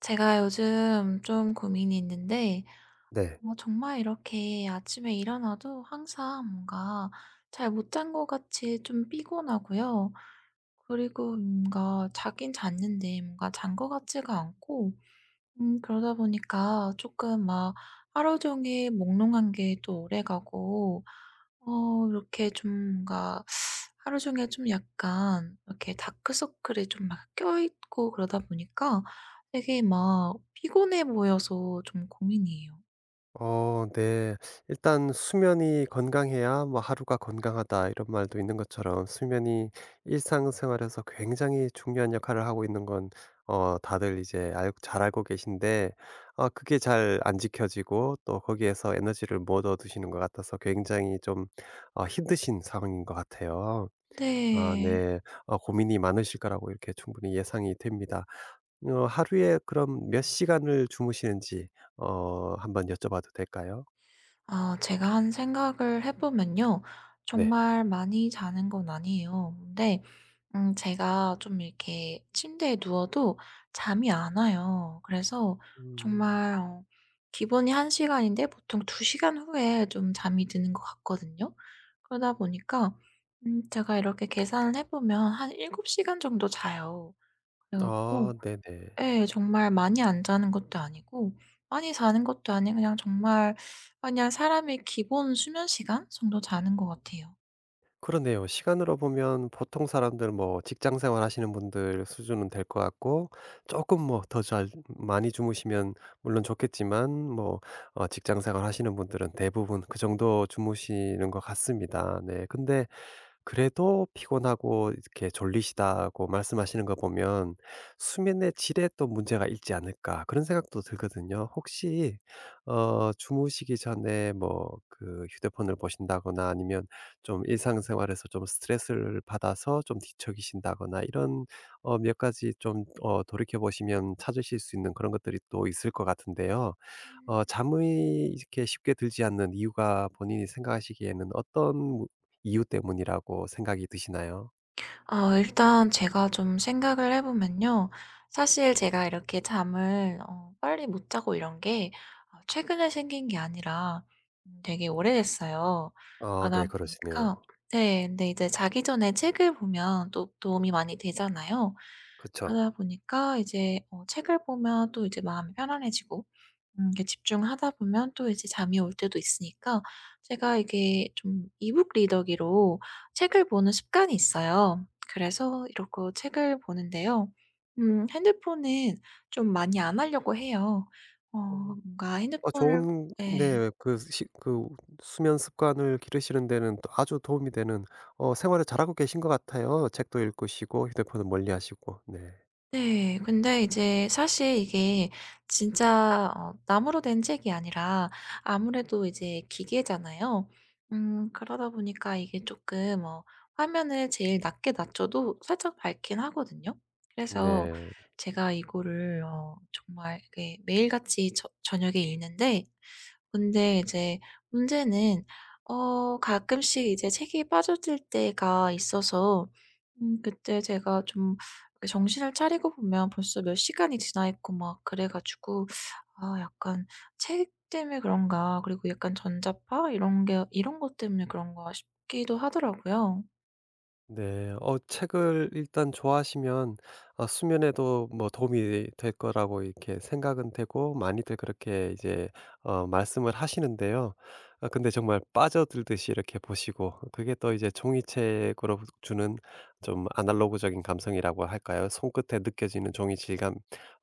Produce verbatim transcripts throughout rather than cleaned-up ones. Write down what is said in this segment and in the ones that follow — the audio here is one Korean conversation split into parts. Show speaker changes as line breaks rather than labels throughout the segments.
제가 요즘 좀 고민이 있는데,
네.
어 정말 이렇게 아침에 일어나도 항상 뭔가 잘 못 잔 것 같이 좀 피곤하고요. 그리고 뭔가 자긴 잤는데 뭔가 잔 것 같지가 않고, 음 그러다 보니까 조금 막 하루 종일 몽롱한 게 또 오래가고, 어 이렇게 좀 뭔가 하루 종일 좀 약간 이렇게 다크서클이 좀 막 껴있고 그러다 보니까 되게 막 피곤해 보여서 좀 고민이에요.
어 네. 일단 "수면이 건강해야 뭐 하루가 건강하다." 이런 말도 있는 것처럼 수면이 일상생활에서 굉장히 중요한 역할을 하고 있는 건 어 다들 이제 알 잘 알고 계신데, 아 그게 잘 안 지켜지고 또 거기에서 에너지를 못 얻으시는 것 같아서 굉장히 좀 어 힘드신 상황인 것 같아요. 아
네.
네. 어 고민이 많으실 거라고 이렇게 충분히 예상이 됩니다. 어 하루에 그럼 몇 시간을 주무시는지 어 한번 여쭤봐도 될까요?
아, 제가 한 생각을 해 보면요.
네.
정말 많이 자는 건 아니에요. 근데 음 제가 좀 이렇게 침대에 누워도 잠이 안 와요. 그래서
음.
정말, 어 기본이 한 시간인데 보통 두 시간 후에 좀 잠이 드는 것 같거든요. 그러다 보니까, 음 제가 이렇게 계산을 해 보면 한 일곱 시간 정도 자요. 그래
아
갖고,
네네.
예, 정말 많이 안 자는 것도 아니고 많이 자는 것도 아니고, 그냥 정말, 그냥 사람의 기본 수면 시간 정도 자는 것 같아요.
그러네요. 시간으로 보면 보통 사람들 뭐 직장 생활 하시는 분들 수준은 될 것 같고, 조금 뭐 더 잘 많이 주무시면 물론 좋겠지만, 뭐 어 직장 생활 하시는 분들은 대부분 그 정도 주무시는 것 같습니다. 네. 근데 그래도 피곤하고 이렇게 졸리시다고 말씀하시는 거 보면 '수면의 질에 또 문제가 있지 않을까.' 그런 생각도 들거든요. 혹시 어 주무시기 전에 뭐 그 휴대폰을 보신다거나, 아니면 좀 일상생활에서 좀 스트레스를 받아서 좀 뒤척이신다거나, 이런 어 몇 가지 좀 어 돌이켜 보시면 찾으실 수 있는 그런 것들이 또 있을 것 같은데요. 어 잠이 이렇게 쉽게 들지 않는 이유가 본인이 생각하시기에는 어떤 이유 때문이라고 생각이 드시나요?
어 일단 제가 좀 생각을 해 보면요. 사실 제가 이렇게 잠을 어 빨리 못 자고 이런 게, 어 최근에 생긴 게 아니라, 음 되게 오래됐어요.
아
그러다
네,
보니까,
그러시네요.
네, 근데 이제 자기 전에 책을 보면 또 도움이 많이 되잖아요.
그쵸.
그러다 보니까 이제, 어 책을 보면 또 이제 마음이 편안해지고, 음 이게 집중하다 보면 또 이제 잠이 올 때도 있으니까 제가 이게 좀 이북 리더기로 책을 보는 습관이 있어요. 그래서 이러고 책을 보는데요. 음 핸드폰은 좀 많이 안 하려고 해요. 어
어.
뭔가
어
핸드폰을.
좋은.
네.
네. 그 시 그 수면 습관을 기르시는 데는 또 아주 도움이 되는 어 생활을 잘하고 계신 것 같아요. 책도 읽으시고 휴대폰은 멀리하시고. 네.
네. 근데 이제 사실 이게 진짜, 어 나무로 된 책이 아니라 아무래도 이제 기계잖아요. 음 그러다 보니까 이게 조금, 어 화면을 제일 낮게 낮춰도 살짝 밝긴 하거든요. 그래서
네.
제가 이거를, 어 정말 이게 매일같이 저 저녁에 읽는데, 근데 이제 문제는, 어 가끔씩 이제 책이 빠져들 때가 있어서, 음 그때 제가 좀 이렇게 정신을 차리고 보면 벌써 몇 시간이 지나 있고 막 그래 가지고 '아, 약간 책 때문에 그런가.' 그리고 약간 전자파 이런 게 '이런 것 때문에 그런가.' 싶기도 하더라고요.
네. 어 책을 일단 좋아하시면 어 수면에도 뭐 도움이 될 거라고 이렇게 생각은 되고, 많이들 그렇게 이제 어 말씀을 하시는데요. 아 근데 정말 빠져들듯이 이렇게 보시고, 그게 또 이제 종이책으로 주는 좀 아날로그적인 감성이라고 할까요? 손끝에 느껴지는 종이 질감,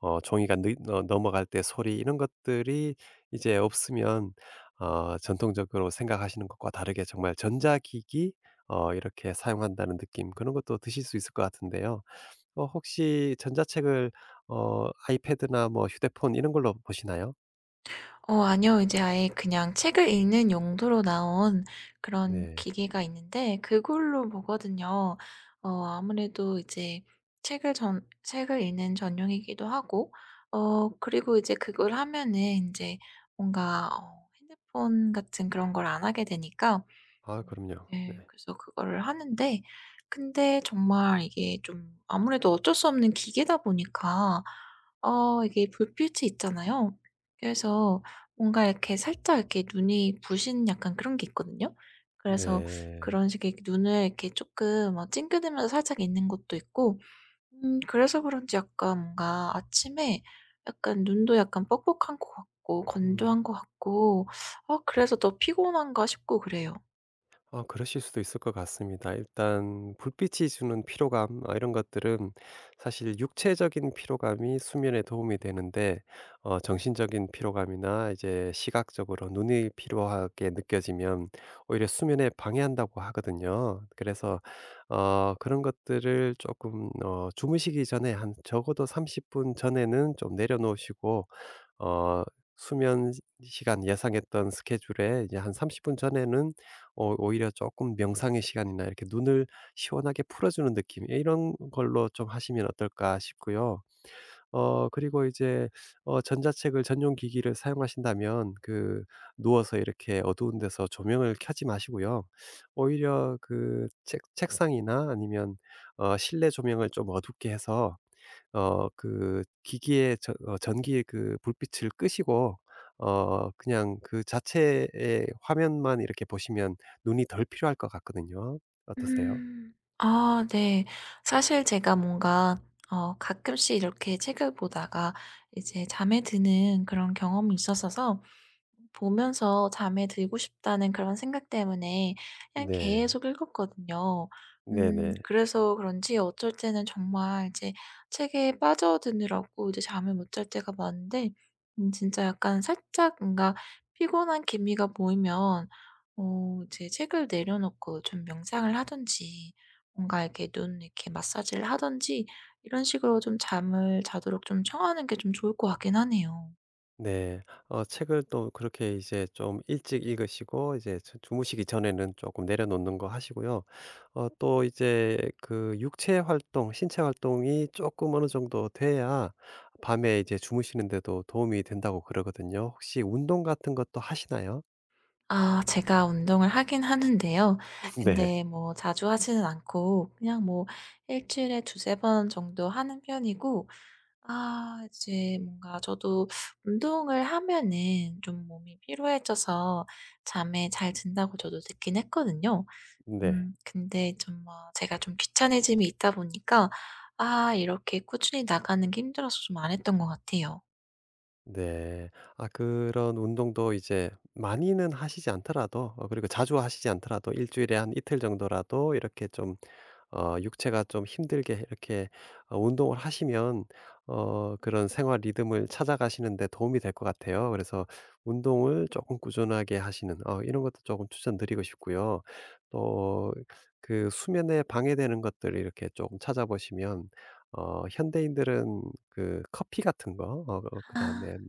어 종이가 느 어 넘어갈 때 소리, 이런 것들이 이제 없으면 어 전통적으로 생각하시는 것과 다르게 정말 전자기기 어 이렇게 사용한다는 느낌, 그런 것도 드실 수 있을 것 같은데요. 어 혹시 전자책을 어 아이패드나 뭐 휴대폰 이런 걸로 보시나요?
어 아니요. 이제 아예 그냥 책을 읽는 용도로 나온 그런
네.
기기가 있는데 그걸로 보거든요. 어 아무래도 이제 책을 전 책을 읽는 전용이기도 하고, 어 그리고 이제 그걸 하면은 이제 뭔가, 어 핸드폰 같은 그런 걸 안 하게 되니까.
아
음
그럼요. 네.
네. 그래서 그거를 하는데, 근데 정말 이게 좀 아무래도 어쩔 수 없는 기계다 보니까, 어 이게 불빛이 있잖아요. 그래서 뭔가 이렇게 살짝 이렇게 눈이 부신 약간 그런 게 있거든요. 그래서
네.
그런 식의 눈을 이렇게 조금, 어 찡그리면서 살짝 있는 것도 있고, 음 그래서 그런지 약간 뭔가 아침에 약간 눈도 약간 뻑뻑한 것 같고
음.
건조한 것 같고, 아, 그래서 더 피곤한가 싶고 그래요.
아 그러실 수도 있을 것 같습니다. 일단 불빛이 주는 피로감, 어 이런 것들은 사실 육체적인 피로감이 수면에 도움이 되는데, 어 정신적인 피로감이나 이제 시각적으로 눈이 피로하게 느껴지면 오히려 수면에 방해한다고 하거든요. 그래서 어 그런 것들을 조금 어 주무시기 전에, 한 적어도 삼십 분 전에는 좀 내려놓으시고, 어 수면 시 시간 예상했던 스케줄에 이제 한 삼십 분 전에는 어 오히려 조금 명상의 시간이나 이렇게 눈을 시원하게 풀어 주는 느낌, 예, 이런 걸로 좀 하시면 어떨까 싶고요. 어 그리고 이제 어 전자책을 전용 기기를 사용하신다면, 그 누워서 이렇게 어두운 데서 조명을 켜지 마시고요. 오히려 그 책 책상이나 아니면 어 실내 조명을 좀 어둡게 해서 어 그 기기의 전 어 전기의 그 불빛을 끄시고 어 그냥 그 자체의 화면만 이렇게 보시면 눈이 덜 필요할 것 같거든요. 어떠세요?
음. 아, 네. 사실 제가 뭔가, 어 가끔씩 이렇게 책을 보다가 이제 잠에 드는 그런 경험이 있었어서, 보면서 잠에 들고 싶다는 그런 생각 때문에 그냥
네.
계속 읽었거든요. 음
네네.
그래서 그런지 어쩔 때는 정말 이제 책에 빠져드느라고 이제 잠을 못 잘 때가 많은데, 음 진짜 약간 살짝 뭔가 피곤한 기미가 보이면, 어 이제 책을 내려놓고 좀 명상을 하든지 뭔가 이렇게 눈 이렇게 마사지를 하든지 이런 식으로 좀 잠을 자도록 좀 청하는 게 좀 좋을 것 같긴 하네요.
네. 어 책을 또 그렇게 이제 좀 일찍 읽으시고, 이제 주 주무시기 전에는 조금 내려놓는 거 하시고요. 어 또 이제 그 육체 활동, 신체 활동이 조금 어느 정도 돼야 밤에 이제 주무시는 데도 도움이 된다고 그러거든요. 혹시 운동 같은 것도 하시나요?
아, 제가 운동을 하긴 하는데요. 네.
네.
근데 뭐 자주 하지는 않고 그냥 뭐 일 주일에 두세 번 정도 하는 편이고, 아, 이제 뭔가 저도 운동을 하면은 좀 몸이 피로해져서 잠에 잘 든다고 저도 듣긴 했거든요.
네.
음 근데 좀 뭐 제가 좀 귀차니즘이 있다 보니까 아 이렇게 꾸준히 나가는 게 힘들어서 좀 안 했던 것 같아요.
네. 아 그런 운동도 이제 많이는 하시지 않더라도, 어 그리고 자주 하시지 않더라도 일 주일에 한 이틀 정도라도 이렇게 좀 어 육체가 좀 힘들게, 이렇게 어 운동을 하시면 어 그런 생활 리듬을 찾아가시는 데 도움이 될 것 같아요. 그래서 운동을 조금 꾸준하게 하시는, 어 이런 것도 조금 추천드리고 싶고요. 또 그 수면에 방해되는 것들 이렇게 조금 찾아보시면 어 현대인들은 그 커피 같은 거, 어 어
아.
그다음에 뭐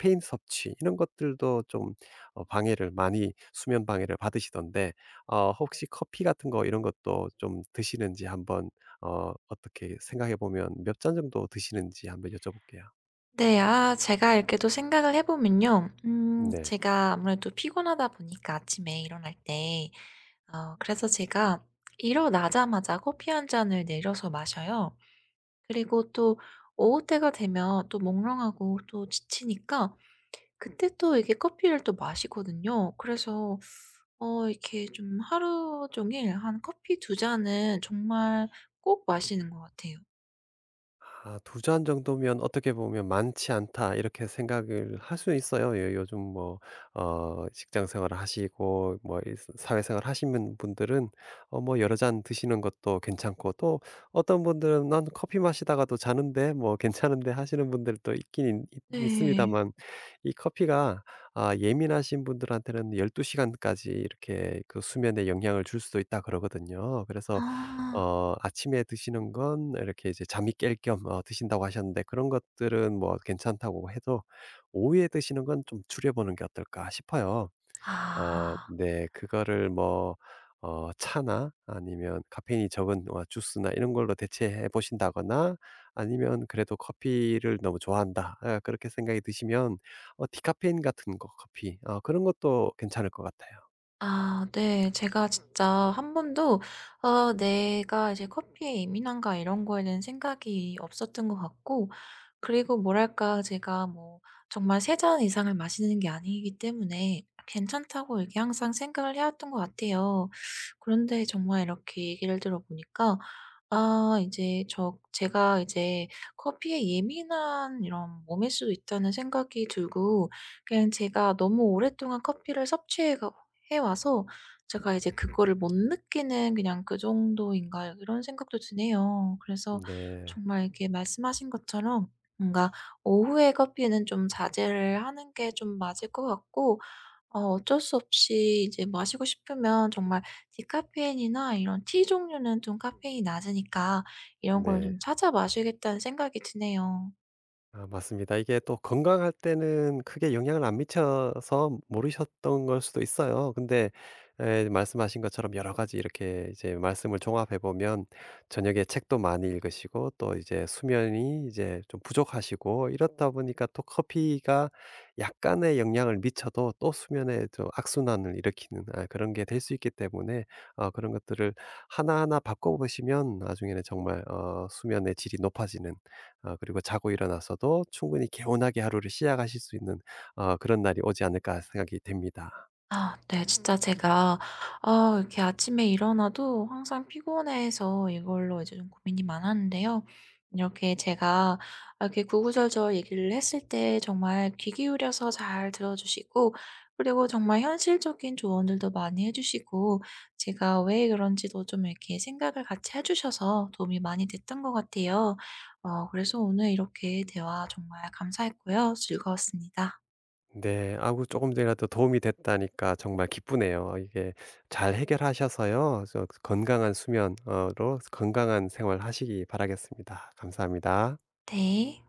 카페인 섭취 이런 것들도 좀 어 방해를 많이 수면 방해를 받으시던데, 어 혹시 커피 같은 거 이런 것도 좀 드시는지 한번, 어 어떻게 생각해 보면 몇 잔 정도 드시는지 한번 여쭤볼게요.
네. 아, 제가 이렇게 또 생각을 해 보면요. 음
네.
제가 아무래도 피곤하다 보니까 아침에 일어날 때, 어 그래서 제가 일어나자마자 커피 한 잔을 내려서 마셔요. 그리고 또 오후 때가 되면 또 몽롱하고 또 지치니까 그때 또 이게 커피를 또 마시거든요. 그래서, 어 이렇게 좀 하루 종일 한 커피 두 잔은 정말 꼭 마시는 것 같아요.
아 두 잔 정도면, 어떻게 보면 '많지 않다.' 이렇게 생각을 할 수 있어요. 예, 요즘 뭐 어 직장 생활을 하시고 뭐 이 사- 사회생활 하시는 분들은 어 뭐 여러 잔 드시는 것도 괜찮고, 또 어떤 분들은 '난 커피 마시다가도 자는데 뭐 괜찮은데.' 하시는 분들도 있긴 있습니다
네.
만이 커피가 아 예민하신 분들한테는 12 시간까지 이렇게 그 수면에 영향을 줄 수도 있다 그러거든요. 그래서
아.
어 아침에 드시는 건 이렇게 이제 잠이 깰 겸 어 드신다고 하셨는데, 그런 것들은 뭐 괜찮다고 해도 '오후에 드시는 건 좀 줄여 보는 게 어떨까?' 싶어요. 아
아.
네. 그거를 뭐 어 차나 아니면 카페인이 적은 어 주스나 이런 걸로 대체해 보신다거나, 아니면 그래도 '커피를 너무 좋아한다.' 아, 그렇게 생각이 드시면 어 디카페인 같은 거, 커피 어 그런 것도 괜찮을 것 같아요.
아, 네. 제가 진짜 한 번도, 어 내가 이제 커피에 예민한가 이런 거에는 생각이 없었던 것 같고, 그리고 뭐랄까 제가 뭐 정말 세 잔 이상을 마시는 게 아니기 때문에 괜찮다고 이렇게 항상 생각을 해왔던 것 같아요. 그런데 정말 이렇게 얘기를 들어 보니까, 아, 이제 저 제가 이제 커피에 예민한 이런 몸일 수도 있다는 생각이 들고, 그냥 제가 너무 오랫동안 커피를 섭취해 가 해 와서 제가 이제 그거를 못 느끼는 그냥 '그 정도인가.' 이런 생각도 드네요. 그래서
네.
정말 이렇게 말씀하신 것처럼 뭔가 오후에 커피는 좀 자제를 하는 게 좀 맞을 것 같고, 어 어쩔 수 없이 이제 마시고 싶으면 정말 디카페인이나 이런 티 종류는 좀 카페인이 낮으니까 이런 걸
네.
좀 찾아 마시겠다는 생각이 드네요.
아 맞습니다. 이게 또 건강할 때는 크게 영향을 안 미쳐서 모르셨던 걸 수도 있어요. 근데 에, 말씀하신 것처럼 여러 가지 이렇게 이제 말씀을 종합해 보면 저녁에 책도 많이 읽으시고, 또 이제 수면이 이제 좀 부족하시고, 이렇다 보니까 또 커피가 약간의 영향을 미쳐도 또 수면에 좀 악순환을 일으키는, 아 그런 게 될 수 있기 때문에 어 그런 것들을 하나하나 바꿔 보시면 나중에는 정말 어 수면의 질이 높아지는, 아 그리고 자고 일어나서도 충분히 개운하게 하루를 시작하실 수 있는 어 그런 날이 오지 않을까 생각이 됩니다.
아, 네. 진짜 제가, 어 이렇게 아침에 일어나도 항상 피곤해서 이걸로 이제 좀 고민이 많았는데요. 이렇게 제가 이렇게 구구절절 얘기를 했을 때 정말 귀 기울여서 잘 들어 주시고, 그리고 정말 현실적인 조언들도 많이 해 주시고, 제가 왜 그런지도 좀 이렇게 생각을 같이 해 주셔서 도움이 많이 됐던 것 같아요. 어 그래서 오늘 이렇게 대화 정말 감사했고요. 즐거웠습니다.
네. 아우, 조금이라도 도움이 됐다니까 정말 기쁘네요. 이게 잘 해결하셔서요, 저 건강한 수면 으로 건강한 생활 하시기 바라겠습니다. 감사합니다.
네.